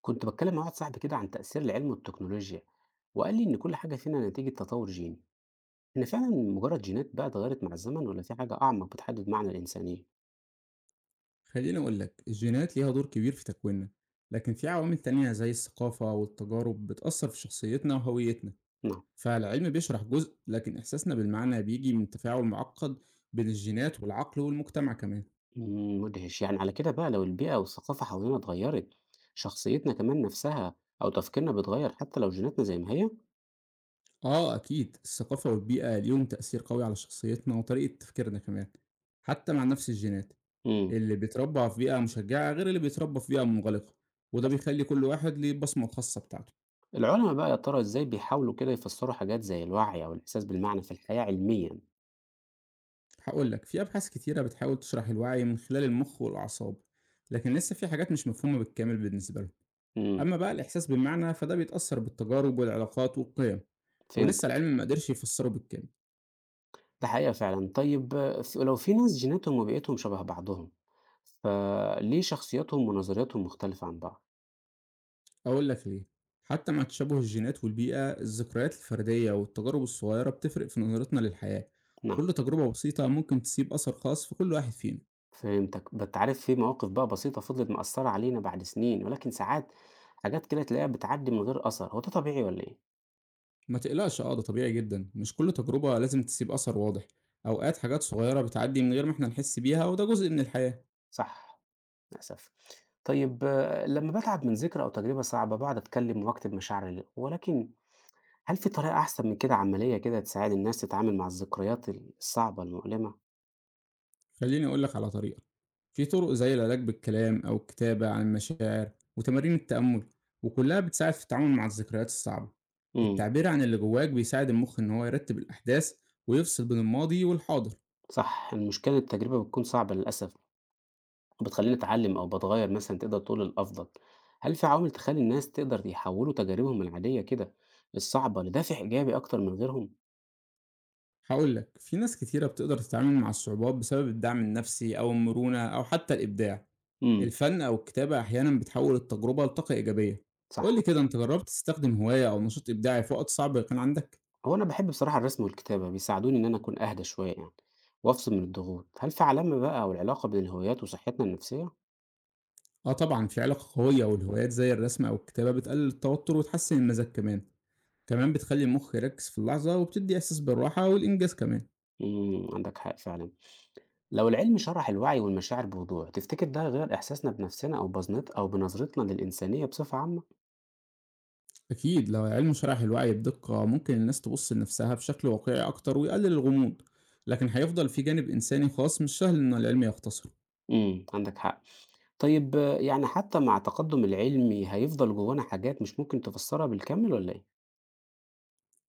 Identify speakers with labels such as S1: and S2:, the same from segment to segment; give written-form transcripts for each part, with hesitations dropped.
S1: كنت بتكلم مع واحد صاحبي كده عن تأثير العلم والتكنولوجيا، وقال لي إن كل حاجة فينا نتيجة تطور جيني. إن فعلا مجرد جينات بقى اتغيرت مع الزمن، ولا في حاجة أعمق بتحدد معنى الإنسانية؟
S2: خليني أقول لك، الجينات ليها دور كبير في تكويننا، لكن في عوامل تانية زي الثقافة والتجارب بتأثر في شخصيتنا وهويتنا.
S1: نعم.
S2: فالعلم بيشرح جزء، لكن إحساسنا بالمعنى بيجي من تفاعل معقد بين الجينات والعقل والمجتمع كمان.
S1: مدهش يعني. على كده بقى لو البيئة والثقافة حوالينا اتغيرت، شخصيتنا كمان نفسها أو تفكيرنا بيتغير حتى لو جيناتنا زي ما هي؟
S2: آه أكيد، الثقافة والبيئة ليهم تأثير قوي على شخصيتنا وطريقة تفكيرنا كمان. حتى مع نفس الجينات،
S1: امم.
S2: اللي بيتربى في بيئة مشجعة غير اللي بيتربى في بيئة منغلقة، وده
S1: للأسف.
S2: بيخلي كل واحد ليه البصمة الخاصة بتاعته.
S1: العلماء بقى يا ترى إزاي بيحاولوا كده يفسروا حاجات زي الوعي أو الإحساس بالمعنى في الحياة علميا؟
S2: هاقول لك، في أبحاث كتيرة بتحاول تشرح الوعي من خلال المخ والأعصاب، لكن لسه في حاجات مش مفهومة بالكامل بالنسبة لهم.
S1: امم.
S2: أما بقى الإحساس بالمعنى فده بيتأثر بالتجارب والعلاقات والقيم،
S1: فهمت.
S2: ولسه العلم ما قدرش يفسره بالكامل.
S1: ده حقيقة فعلًا. طيب آه، لو في ناس جيناتهم وبيئتهم شبه بعضهم، فليه شخصياتهم ونظرياتهم مختلفة عن بعض؟
S2: أقول لك ليه؟ حتى مع تشابه الجينات والبيئة، الذكريات الفردية والتجارب الصغيرة بتفرق في نظرتنا للحياة.
S1: نعم.
S2: كل تجربة بسيطة ممكن تسيب أثر خاص في كل واحد فينا.
S1: فهمتك. أنت عارف في مواقف بقى بسيطة فضلت مأثّرة علينا بعد سنين، ولكن ساعات حاجات كده تلاقيها بتعدّي من غير أثر، هو ده طبيعي والّا إيه؟
S2: ما تقلقش، آه ده طبيعي جدًا، مش كل تجربة لازم تسيب أثر واضح. أوقات حاجات صغيرة بتعدي من غير ما إحنا نحس بيها، وده جزء من الحياة.
S1: صح. للأسف. طيب آه، لمّا باتعب من ذكرى أو تجربة صعبة باقعد أتكلّم وأكتب مشاعري ولكن هل في طريقة أحسن من كده عملية كده تساعد الناس تتعامل مع الذكريات الصعبة المؤلمة؟
S2: خلّيني أقول لك على طريقة، في طرق زي العلاج بالكلام أو الكتابة عن المشاعر وتمارين التأمل، وكلها بتساعد في التعامل مع الذكريات الصعبة.
S1: إمم.
S2: التعبير عن اللي جواك بيساعد المخ إن هو يرتب الأحداث ويفصل بين الماضي والحاضر.
S1: صح، المشكلة التجربة بتكون صعبة للأسف، بتخلّيني أتعلم أو باتغيّر مثلًا تقدر تقول للأفضل. هل في عوامل تخلّي الناس تقدر يحوّلوا تجاربهم العادية كده الصعبة لدافع إيجابي أكتر من غيرهم؟
S2: هاقول لك، في ناس كتيرة بتقدر تتعامل مع الصعوبات بسبب الدعم النفسي أو المرونة أو حتى الإبداع.
S1: إمم.
S2: الفن أو الكتابة أحيانًا بتحول التجربة لطاقة إيجابية.
S1: صح.
S2: قُل لي كده، أنت جربت تستخدم هواية أو نشاط إبداعي في وقت صعب كان عندك؟
S1: هو أنا باحب بصراحة الرسم والكتابة، بيساعدوني إن أنا أكون أهدى شوية يعني وأفصل من الضغوط. هل في علامة بقى أو العلاقة بين الهوايات وصحتنا النفسية؟
S2: آه طبعًا، في علاقة قوية، والهوايات زي الرسم أو الكتابة بتقلل التوتر وتحسّن المزاج كمان، كمان بتخلّي المخ يركّز في اللحظة وبتدّي إحساس بالراحة والإنجاز كمان.
S1: إمم، عندك حق فعلًا. لو العلم شرح الوعي والمشاعر بوضوح، تفتكر ده هيغيّر إحساسنا بنفسنا أو بزنت أو بنظرتنا للإنسانية بصفة عامة؟
S2: أكيد لو العلم شرح الوعي بدقة ممكن الناس تبُص لنفسها بشكل واقعي أكتر ويقلل الغموض، لكن هيفضل في جانب إنساني خاص مش سهل إن العلم يختصره.
S1: إمم، عندك حق. طيب آه، يعني حتى مع التقدُّم العلمي هيفضل جوّانا حاجات مش ممكن تفسّرها بالكامل والّا إيه؟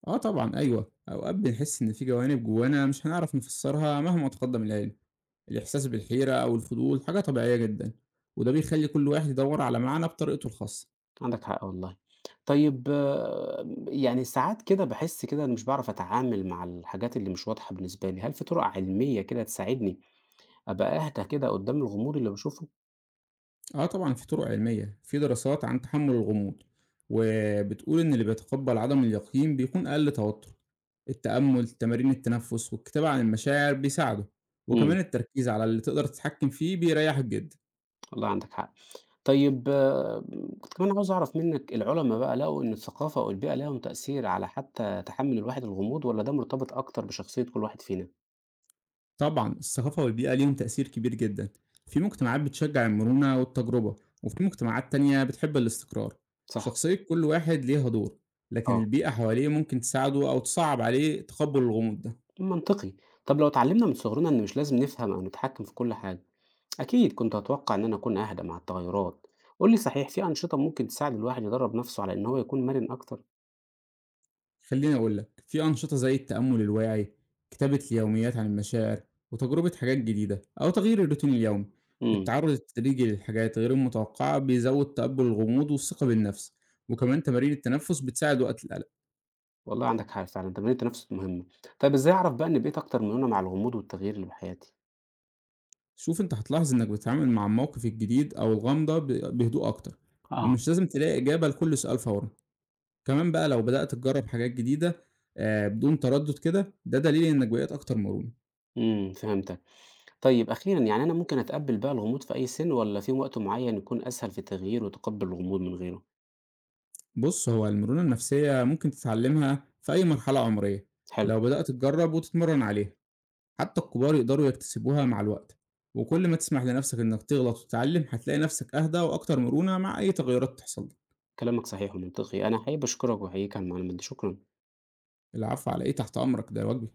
S2: آه طبعًا أيوه، أوقات بنحس إن في جوانب جوانا مش هنعرف نفسّرها مهما تقدّم العلم. الإحساس بالحيرة أو الفضول حاجة طبيعية جدًا، وده بيخلّي كل واحد يدوّر على معنى بطريقته الخاصة.
S1: عندك حق والله. طيب آه، يعني ساعات كده باحس كده أنا مش باعرف أتعامل مع الحاجات اللي مش واضحة بالنسبة لي، هل في طُرق علمية كده تساعدني أبقى أهدى كده قُدّام الغموض اللي باشوفه؟
S2: آه طبعًا في طُرق علمية، في دراسات عن تحمُّل الغموض، وبتقول إن اللي بيتقبّل عدم اليقين بيكون أقل توتُّر. التأمُّل، تمارين التنفُّس، والكتابة عن المشاعر بيساعده،
S1: إمم،
S2: وكمان التركيز على اللي تقدر تتحكّم فيه بيريّحك جدًا.
S1: والله عندك حق. طيب آه، كنت كمان عاوز أعرف منّك العُلما بقى لقوا إن الثقافة أو البيئة ليهم تأثير على حتى تحمُّل الواحد الغموض، والّا ده مرتبط أكتر بشخصية كل واحد فينا؟
S2: طبعًا الثقافة والبيئة ليهم تأثير كبير جدًا، في مجتمعات بتشجّع المرونة والتجربة، وفي مجتمعات تانية بتحب الاستقرار.
S1: صح.
S2: شخصية كل واحد ليها دور، لكن
S1: آه.
S2: البيئة حواليه ممكن تساعده أو تصعّب عليه تقبُّل الغموض ده.
S1: منطقي. طب لو اتعلمنا من صغرنا ان مش لازم نفهم او نتحكم في كل حاجة، اكيد كنت اتوقع ان انا اكون اهدى مع التغيرات. قول لي، صحيح في انشطة ممكن تساعد الواحد يدرب نفسه على ان هو يكون مرن اكتر؟
S2: خليني أقول لك، في أنشطة زي التأمل الواعي، كتابة اليوميات عن المشاعر، وتجربة حاجات جديدة أو تغيير الروتين اليومي.
S1: امم.
S2: التعرض التدريجي للحاجات غير المتوقعة بيزود تقبل الغموض والثقة بالنفس، وكمان تمارين التنفس بتساعد وقت القلق.
S1: والله عندك حق فعلا، تمرين التنفس مهمة. طيب ازاي اعرف بقى ان بقيت اكتر مرونة مع الغموض والتغيير اللي في حياتي؟
S2: شوف، أنت هتلاحظ إنك بتتعامل مع الموقف الجديد أو الغامضة بهدوء أكتر،
S1: اه.
S2: ومش لازم تلاقي إجابة لكل سؤال فورا. كمان بقى لو بدأت تجرب حاجات جديدة بدون تردد كده، ده دليل إنك بقيت أكتر مرونة.
S1: امم، فهمتك. طيب اخيرا، يعني انا ممكن اتقبل بقى الغموض في اي سن، ولا في وقت معين يكون اسهل في التغيير وتقبل الغموض من غيره؟
S2: بص، هو المرونة النفسية ممكن تتعلمها في أي مرحلة عمرية،
S1: حلو.
S2: لو بدأت تجرب وتتمرن عليها. حتى الكبار يقدروا يكتسبوها مع الوقت، وكل ما تسمح لنفسك إنك تغلط وتتعلم هتلاقي نفسك أهدى وأكتر مرونة مع أي تغيرات تحصل لك.
S1: كلامك صحيح ومنطقي، انا حابب اشكرك واحييك على المعلومات دي. شكرا.
S2: العفو، على إيه؟ تحت أمرك، ده واجبي.